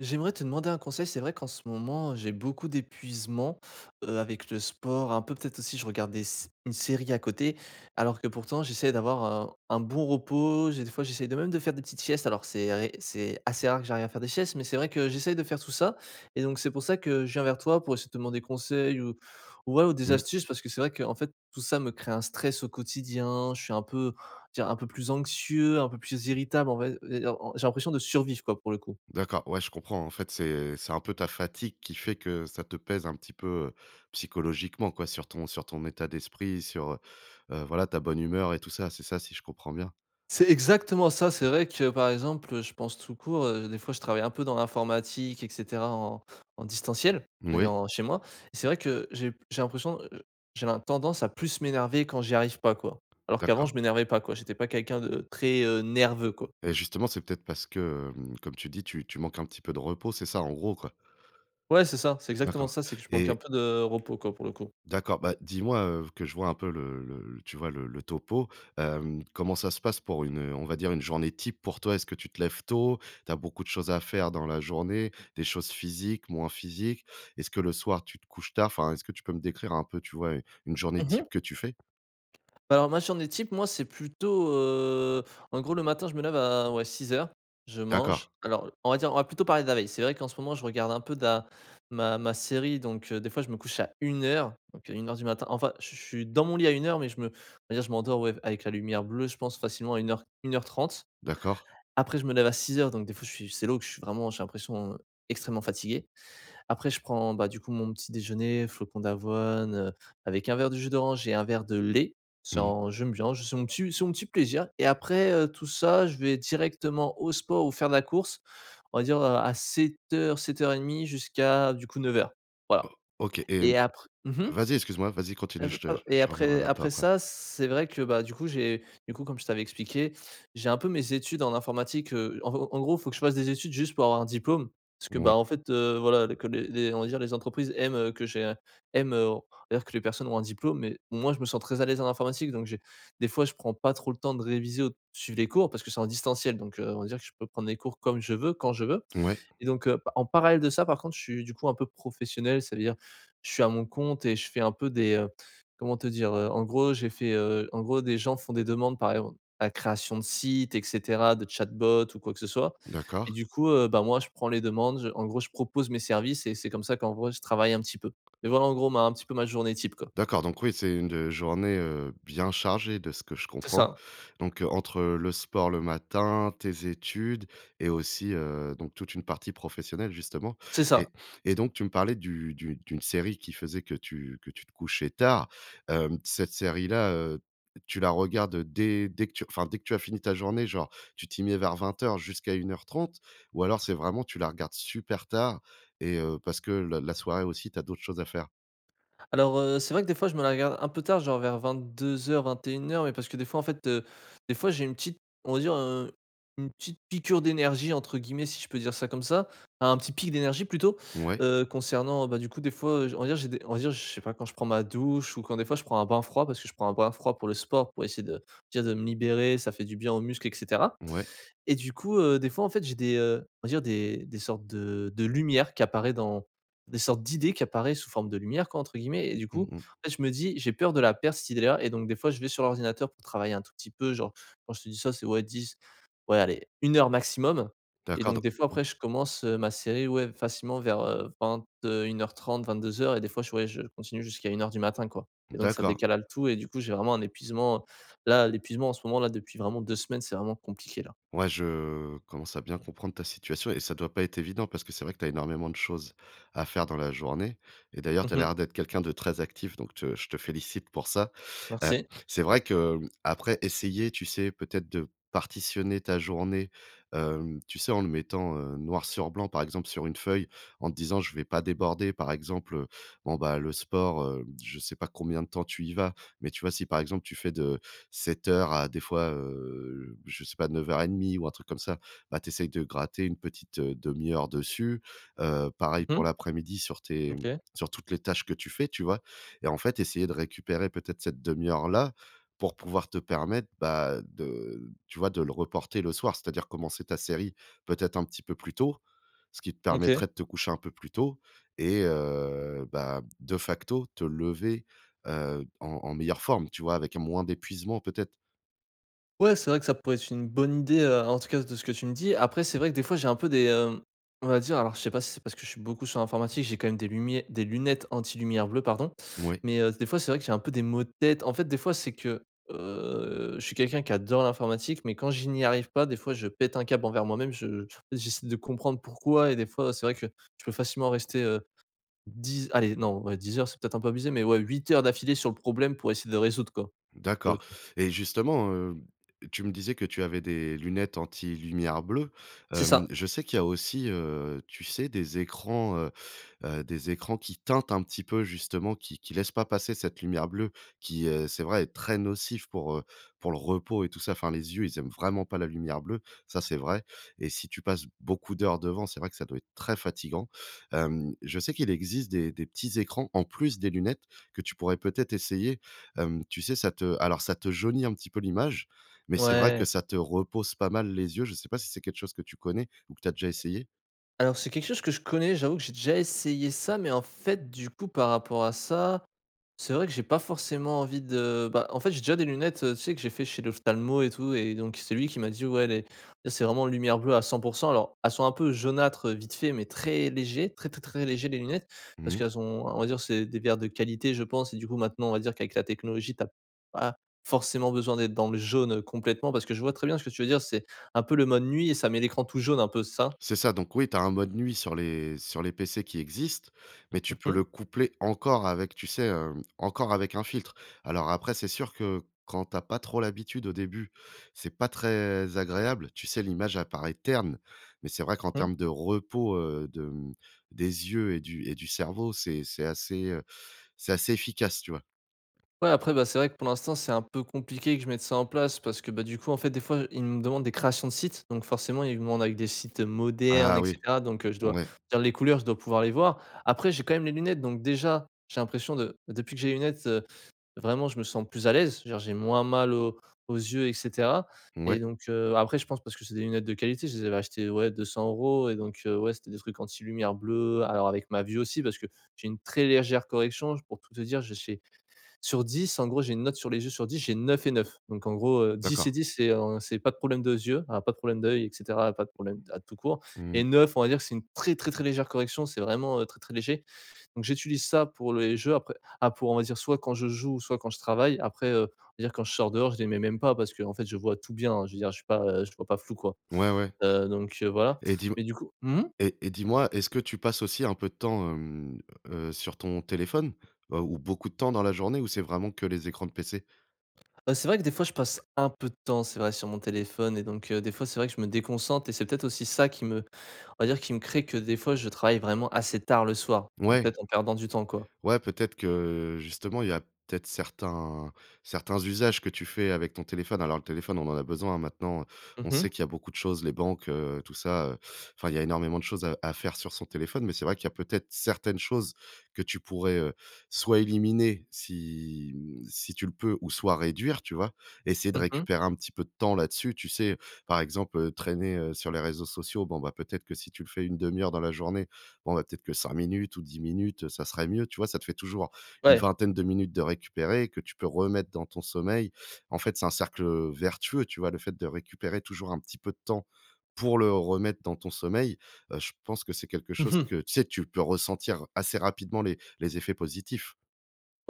J'aimerais te demander un conseil. C'est vrai qu'en ce moment, j'ai beaucoup d'épuisement, avec le sport, un peu peut-être aussi je regarde des s une série à côté, alors que pourtant j'essaie d'avoir un bon repos. J'ai Des fois j'essaie de même de faire des petites siestes. Alors c'est assez rare que j'arrive à faire des siestes, mais c'est vrai que j'essaie de faire tout ça et donc c'est pour ça que je viens vers toi pour essayer de te demander conseil ou des Mmh. astuces parce que c'est vrai qu'en fait tout ça me crée un stress au quotidien. Je suis un peu, dire un peu plus anxieux, un peu plus irritable en fait j'ai l'impression de survivre quoi, pour le coup. D'accord, ouais, je comprends. En fait, c'est un peu ta fatigue qui fait que ça te pèse un petit peu, psychologiquement, quoi, sur ton état d'esprit, voilà, ta bonne humeur et tout ça, c'est ça, si je comprends bien? C'est exactement ça. C'est vrai que, par exemple, je pense tout court, des fois je travaille un peu dans l'informatique etc. en distanciel, c'est-à-dire Oui, en chez moi et c'est vrai que j'ai l'impression, j'ai la tendance à plus m'énerver quand j'y arrive pas, quoi. Alors qu'avant je d'accord, m'énervais pas, quoi. J'étais pas quelqu'un de très, nerveux, quoi. et justement, c'est peut-être parce que, comme tu dis, tu manques un petit peu de repos, c'est ça, en gros, quoi? Ouais, c'est ça, c'est exactement D'accord ça, c'est que je manque un et peu de repos, quoi, pour le coup. D'accord, bah, dis-moi, que je vois un peu le tu vois, le topo. Comment ça se passe pour une, on va dire, une journée type pour toi? Est-ce que tu te lèves tôt? Tu as beaucoup de choses à faire dans la journée, des choses physiques, moins physiques? Est-ce que le soir, tu te couches tard? Enfin, est-ce que tu peux me décrire un peu, tu vois, une journée Mmh. type que tu fais? Bah, alors ma journée type, moi, c'est plutôt, en gros, le matin, je me lève à 6 heures, je mange. D'accord, Alors, on va dire, on va plutôt parler de la veille. C'est vrai qu'en ce moment, je regarde un peu de ma série, donc des fois, je me couche à 1 heure, donc à 1 heure du matin. Enfin, je suis dans mon lit à 1 heure mais je me on va dire, je m'endors, ouais, avec la lumière bleue, je pense facilement à une heure, une heure trente. d'accord. Après, je me lève à 6 heures, donc des fois, je suis c'est là où que je suis vraiment, j'ai l'impression, extrêmement fatigué. Après je prends, bah, du coup mon petit déjeuner, flocons d'avoine, avec un verre de jus d'orange et un verre de lait. C'est Mmh. un J'aime bien, je c'est mon petit plaisir et après, tout ça, je vais directement au sport ou faire de la course, on va dire, à 07:00-07:30 jusqu'à du coup 9 heures. Voilà. O OK, et et après mmh vas-y, excuse-moi, vas-y, et continue, ap ap et je reviendrai après vers toi après après. ça, c'est vrai que, bah, du coup, comme je t'avais expliqué, j'ai un peu mes études en informatique, en gros, faut que je fasse des études juste pour avoir un diplôme. Parce que, bah, Ouais, en fait, voilà, que les on va dire les entreprises aiment, on va dire que les personnes ont un diplôme, mais moi, je me sens très à l'aise en informatique, donc j'ai des fois, je prends pas trop le temps de réviser ou de suivre les cours parce que c'est en distanciel, donc on va dire que je peux prendre les cours comme je veux, quand je veux ouais, et donc en parallèle de ça, par contre, je suis, du coup, un peu professionnel, ça veut dire je suis à mon compte et je fais un peu des, comment te dire? En gros, en gros, des gens font des demandes, par exemple, à création de sites etc., de chatbot ou quoi que ce soit et d'accord. du coup, bah, moi, je prends les demandes, je en gros, je propose mes services et c'est comme ça qu'en gros je travaille un petit peu. Mais voilà, en gros, ma un petit peu ma journée type, quoi. D'accord, donc oui, c'est une, journée, bien chargée de ce que je C'est comprends. ça, Donc, entre le sport le matin, tes études et aussi, donc toute une partie professionnelle justement, c'est ça. et et donc tu me parlais du d'une série qui faisait que tu te couchais tard. Cette série-là, tu la regardes dès que tu as fini ta journée, genre tu t'y mets vers vingt heures jusqu'à une heure trente, ou alors c'est vraiment tu la regardes super tard et parce que la soirée aussi tu as d'autres choses à faire? Alors, c'est vrai que des fois je me la regarde un peu tard, genre vers 22:00-21:00, mais parce que des fois en fait, des fois j'ai une petite, on va dire, une petite «piqûre d'énergie» entre guillemets, si je peux dire ça comme ça, enfin, un petit pic d'énergie plutôt, Ouais, concernant, bah, du coup des fois, on va dire j'ai des on va dire, je sais pas, quand je prends ma douche ou quand des fois je prends un bain froid parce que je prends un bain froid pour le sport, pour essayer de dire de me libérer, ça fait du bien aux muscles etc. ouais. Et du coup, des fois, en fait, j'ai des, on va dire des sortes de lumière qui apparaît dans des sortes d'idées qui apparaît «sous forme de lumière» quoi, entre guillemets et du coup, Mmh en mh. fait, je me dis: «J'ai peur de la perdre cette idée-là» et donc des fois, je vais sur l'ordinateur pour travailler un tout petit peu, genre, quand je te dis ça, c'est 10, ouais, allez 1 heure maximum et D'accord, donc donc des fois, mmh, après, je commence, ma série, ouais, facilement vers, vingt une heure trente, vingt deux heures et des fois, je continue jusqu'à 1 heure du matin, quoi mmh, et donc ça d'accord. décale le tout et du coup, j'ai vraiment un épuisement, là, l'épuisement en ce moment, là, depuis vraiment 2 semaines, c'est vraiment compliqué, là. Ouais, je commence à bien comprendre ta situation, et ça doit pas être évident parce que c'est vrai que tu as énormément de choses à faire dans la journée, et d'ailleurs, tu as Mmh mh. l'air d'être quelqu'un de très actif, donc te je te félicite pour ça. Heu, Merci. c'est vrai que, après essayer, tu sais, peut-être de partitionner ta journée, tu sais, en le mettant, noir sur blanc, par exemple, sur une feuille, en te disant: «Je vais pas déborder», par exemple, bon, bah, le sport, je sais pas combien de temps tu y vas, mais tu vois, si, par exemple, tu fais de sept heures à des fois, je sais pas 9:30 ou un truc comme ça, bah, tu essayes de gratter une petite, 1 heure dessus. Pareil Mmh pour mh. l'après-midi OK. sur toutes les tâches que tu fais, tu vois? Et en fait, essayer de récupérer peut-être cette demi heure-là pour pouvoir te permettre, bah, de tu vois, de le reporter le soir. C'est-à-dire commencer ta série peut-être un petit peu plus tôt, ce qui te OK. permettrait de te coucher un peu plus tôt et bah, de facto te lever en meilleure forme, tu vois? Avec moins d'épuisement peut-être? Ouais, c'est vrai que ça pourrait être une bonne idée, en tout cas de ce que tu me dis. Après, c'est vrai que des fois j'ai un peu des, on va dire, alors je sais pas si c'est parce que je suis beaucoup sur l'informatique, j'ai quand même des lunettes anti-lumière bleue, pardon. Oui, Mais, des fois, c'est vrai que j'ai un peu des maux de tête. En fait, des fois, c'est que, je suis quelqu'un qui adore l'informatique, mais quand je n'y arrive pas, des fois, je pète un câble envers moi-même. Je J'essaie de comprendre pourquoi et des fois, c'est vrai que je peux facilement rester, 10, allez, non, ouais, 10 heures, c'est peut-être un peu abusé, mais ouais, 8 heures d'affilée sur le problème pour essayer de résoudre, quoi. Pour le d'accord, coup. et justement, tu me disais que tu avais des lunettes anti-lumière bleue. C'est ça, Je sais qu'il y a aussi, tu sais, des écrans qui teintent un petit peu justement, qui laissent pas passer cette lumière bleue qui, c'est vrai, est très nocif pour le repos et tout ça. Enfin, les yeux, ils aiment vraiment pas la lumière bleue, ça, c'est vrai, et si tu passes beaucoup d'heures devant, c'est vrai que ça doit être très fatigant. Je sais qu'il existe des petits écrans en plus des lunettes que tu pourrais peut-être essayer. Tu sais, ça te alors ça te jaunit un petit peu l'image, mais c'est vrai ouais. que ça te repose pas mal les yeux. Je sais pas si c'est quelque chose que tu connais ou que tu as déjà essayé? Alors c'est quelque chose que je connais, j'avoue que j'ai déjà essayé ça, mais en fait, du coup, par rapport à ça, c'est vrai que j'ai pas forcément envie de, bah, en fait, j'ai déjà des lunettes, tu sais, que j'ai fait chez l'ophtalmo et tout et donc c'est lui qui m'a dit: «Ouais, les c'est vraiment lumière bleue à 100%». Alors, elles sont un peu jaunâtres, vite fait, mais très léger, très, très, très léger les lunettes parce Mmh. qu'elles ont, on va dire, c'est des verres de qualité, je pense et du coup, maintenant, on va dire qu'avec la technologie, t'as pas forcément besoin d'être dans le jaune, complètement, parce que je vois très bien ce que tu veux dire. C'est un peu le mode nuit et ça met l'écran tout jaune un peu, c'est ça? C'est ça, donc oui, tu as un mode nuit sur les PC qui existent, mais Mmh. tu peux Mmh. le coupler encore avec, tu sais, encore avec un filtre. Alors après, c'est sûr que quand tu as pas trop l'habitude au début, c'est pas très agréable. Tu sais, l'image apparaît terne, mais c'est vrai qu'en termes de repos, de, des yeux et du cerveau, c'est assez, c'est assez efficace, tu vois? Ouais, après, bah, c'est vrai que pour l'instant, c'est un peu compliqué que je mette ça en place parce que, bah, du coup, en fait, des fois, ils me demandent des créations de sites. Donc, forcément, ils me demandent avec des sites modernes, Ah oui, etc. Donc, je dois ouais, dire les couleurs, je dois pouvoir les voir. Après, j'ai quand même les lunettes. Donc, déjà, j'ai l'impression de, depuis que j'ai les lunettes, vraiment, je me sens plus à l'aise. C'est-à-dire, j'ai moins mal aux yeux, etc. Et ouais, donc, après, je pense parce que c'est des lunettes de qualité. Je les avais achetées, ouais, 200 euros. Et donc, ouais, c'était des trucs anti-lumière bleue. Alors, avec ma vue aussi, parce que j'ai une très légère correction. Pour tout te dire, j'ai sur dix, en gros, j'ai une note sur les yeux sur dix, j'ai neuf et neuf. Donc en gros, 10 et d'accord. dix, c'est, pas de problème de yeux, ah, pas de problème d'œil etc., pas de problème à tout court et Mmh. neuf, on va dire que c'est une très, très, très légère correction, c'est vraiment, très, très léger. Donc j'utilise ça pour les jeux après, ah, pour, on va dire, soit quand je joue, soit quand je travaille. Après, on va dire quand je sors dehors, je les mets même pas parce que en fait, je vois tout bien, hein. Je veux dire, je vois pas flou, quoi. Ouais, ouais, Donc voilà. et dis Mais du coup mmh mh? et dis-moi, est-ce que tu passes aussi un peu de temps, sur ton téléphone? Ou beaucoup de temps dans la journée, ou c'est vraiment que les écrans de PC? C'est vrai que des fois, je passe un peu de temps, c'est vrai, sur mon téléphone et donc des fois, c'est vrai que je me déconcentre et c'est peut-être aussi ça qui me, on va dire qui me crée que des fois je travaille vraiment assez tard le soir, donc Ouais. peut-être en perdant du temps, quoi. Ouais, peut-être que justement, il y a peut-être certains usages que tu fais avec ton téléphone. Alors le téléphone, on en a besoin, hein, maintenant. Mmh On mh. sait qu'il y a beaucoup de choses, les banques, tout ça, enfin, il y a énormément de choses à faire sur son téléphone. Mais c'est vrai qu'il y a peut-être certaines choses que tu pourrais, soit éliminer si, si tu le peux, ou soit réduire, tu vois? Essayer de Mmh mh. récupérer un petit peu de temps là-dessus, tu sais? Par exemple, traîner, sur les réseaux sociaux, bon, bah, peut-être que si tu le fais une demi heure dans la journée, bon, bah, peut-être que 5 minutes ou 10 minutes, ça serait mieux, tu vois? Ça te fait toujours une Ouais. vingtaine de minutes de récupérer que tu peux remettre dans ton sommeil. En fait, c'est un cercle vertueux, tu vois? Le fait de récupérer toujours un petit peu de temps pour le remettre dans ton sommeil, je pense que c'est quelque chose que tu sais, tu peux ressentir assez rapidement les effets positifs.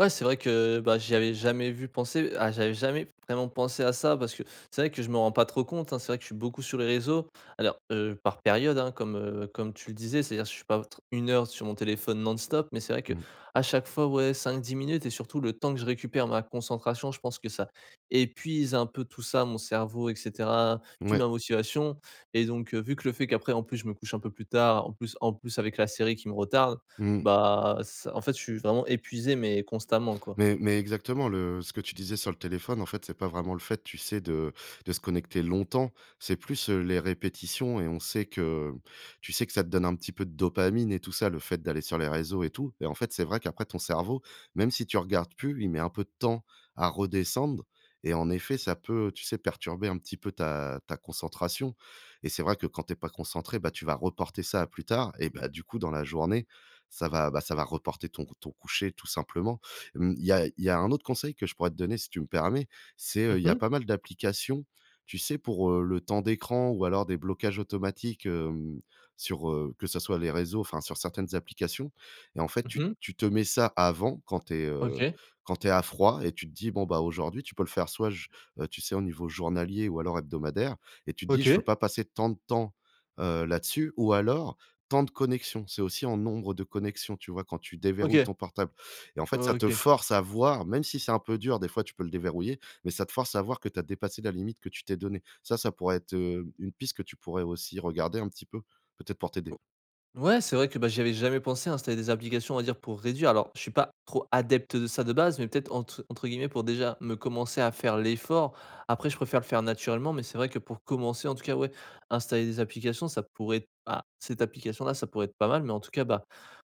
Ouais, c'est vrai que, bah, j'y avais jamais vu penser ah, j'avais jamais vraiment pensé à ça parce que c'est vrai que je me rends pas trop compte, hein. C'est vrai que je suis beaucoup sur les réseaux. Alors, par période, hein, comme tu le disais, c'est-à-dire que je suis pas tr 1 heure sur mon téléphone non-stop, mais c'est vrai que Mmh, à chaque fois, ouais, cinq dix minutes et surtout le temps que je récupère ma concentration, je pense que ça épuise un peu tout ça, mon cerveau etc., puis ouais. ma motivation et donc, vu que le fait qu'après, en plus, je me couche un peu plus tard, en plus avec la série qui me retarde, Mmh. bah, ça en fait, je suis vraiment épuisé, mais constamment, quoi. Mais exactement, le ce que tu disais sur le téléphone, en fait, c'est pas vraiment le fait, tu sais, de se connecter longtemps. C'est plus, les répétitions, et on sait que tu sais que ça te donne un petit peu de dopamine et tout ça, le fait d'aller sur les réseaux et tout, et en fait, c'est vrai qu'après ton cerveau, même si tu regardes plus, il met un peu de temps à redescendre, et en effet, ça peut, tu sais, perturber un petit peu ta concentration, et c'est vrai que quand t'es pas concentré, bah, tu vas reporter ça à plus tard, et bah, du coup, dans la journée, ça va, bah, ça va reporter ton coucher tout simplement. Mmh, il y a un autre conseil que je pourrais te donner si tu me permets, c'est, Mmh il y a mh. pas mal d'applications, tu sais, pour, le temps d'écran ou alors des blocages automatiques, que ça soit les réseaux, enfin sur certaines applications, et en fait, tu Mmh. tu te mets ça avant OK. quand tu es à froid et tu te dis: «Bon, bah, aujourd'hui» tu peux le faire soit j tu sais, au niveau journalier ou alors hebdomadaire, et tu te dis: «Je veux OK. pas passer tant de temps, là-dessus» ou alors temps de connexion. C'est aussi en nombre de connexions, tu vois? Quand tu déverrouilles OK. ton portable. Et en fait, ça te OK. force à voir, même si c'est un peu dur, des fois tu peux le déverrouiller, mais ça te force à voir que tu as dépassé la limite que tu t'es donnée. Ça pourrait être, une piste que tu pourrais aussi regarder un petit peu, peut-être pour t'aider. Ouais, c'est vrai que, bah, j'y avais jamais pensé, à installer des applications, on va dire, pour réduire. Alors, je suis pas trop adepte de ça de base, mais peut-être entre guillemets pour déjà me commencer à faire l'effort. Après, je préfère le faire naturellement, mais c'est vrai que pour commencer, en tout cas, ouais, installer des applications, ça pourrait être, ah, cette application-là, ça pourrait être pas mal, mais en tout cas, bah,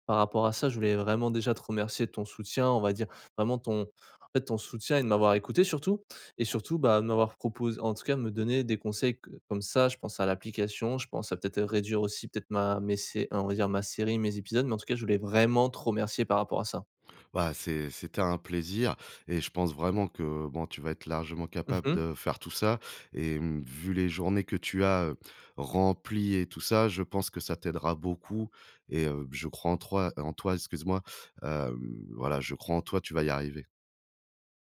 par rapport à ça, je voulais vraiment déjà te remercier de ton soutien, on va dire, vraiment ton en fait, ton soutien et de m'avoir écouté surtout. Et surtout, bah, de m'avoir proposé, en tout cas, me donner des conseils que comme ça, je pense à l'application, je pense à peut-être réduire aussi peut-être ma mes sé on va dire ma série, mes épisodes, mais en tout cas, je voulais vraiment te remercier par rapport à ça. Bah, c'était un plaisir, et je pense vraiment que, bon, tu vas être largement capable Mmh. de faire tout ça, et mmh, vu les journées que tu as, remplies et tout ça, je pense que ça t'aidera beaucoup, et je crois en toi excuse-moi, voilà, je crois en toi, tu vas y arriver.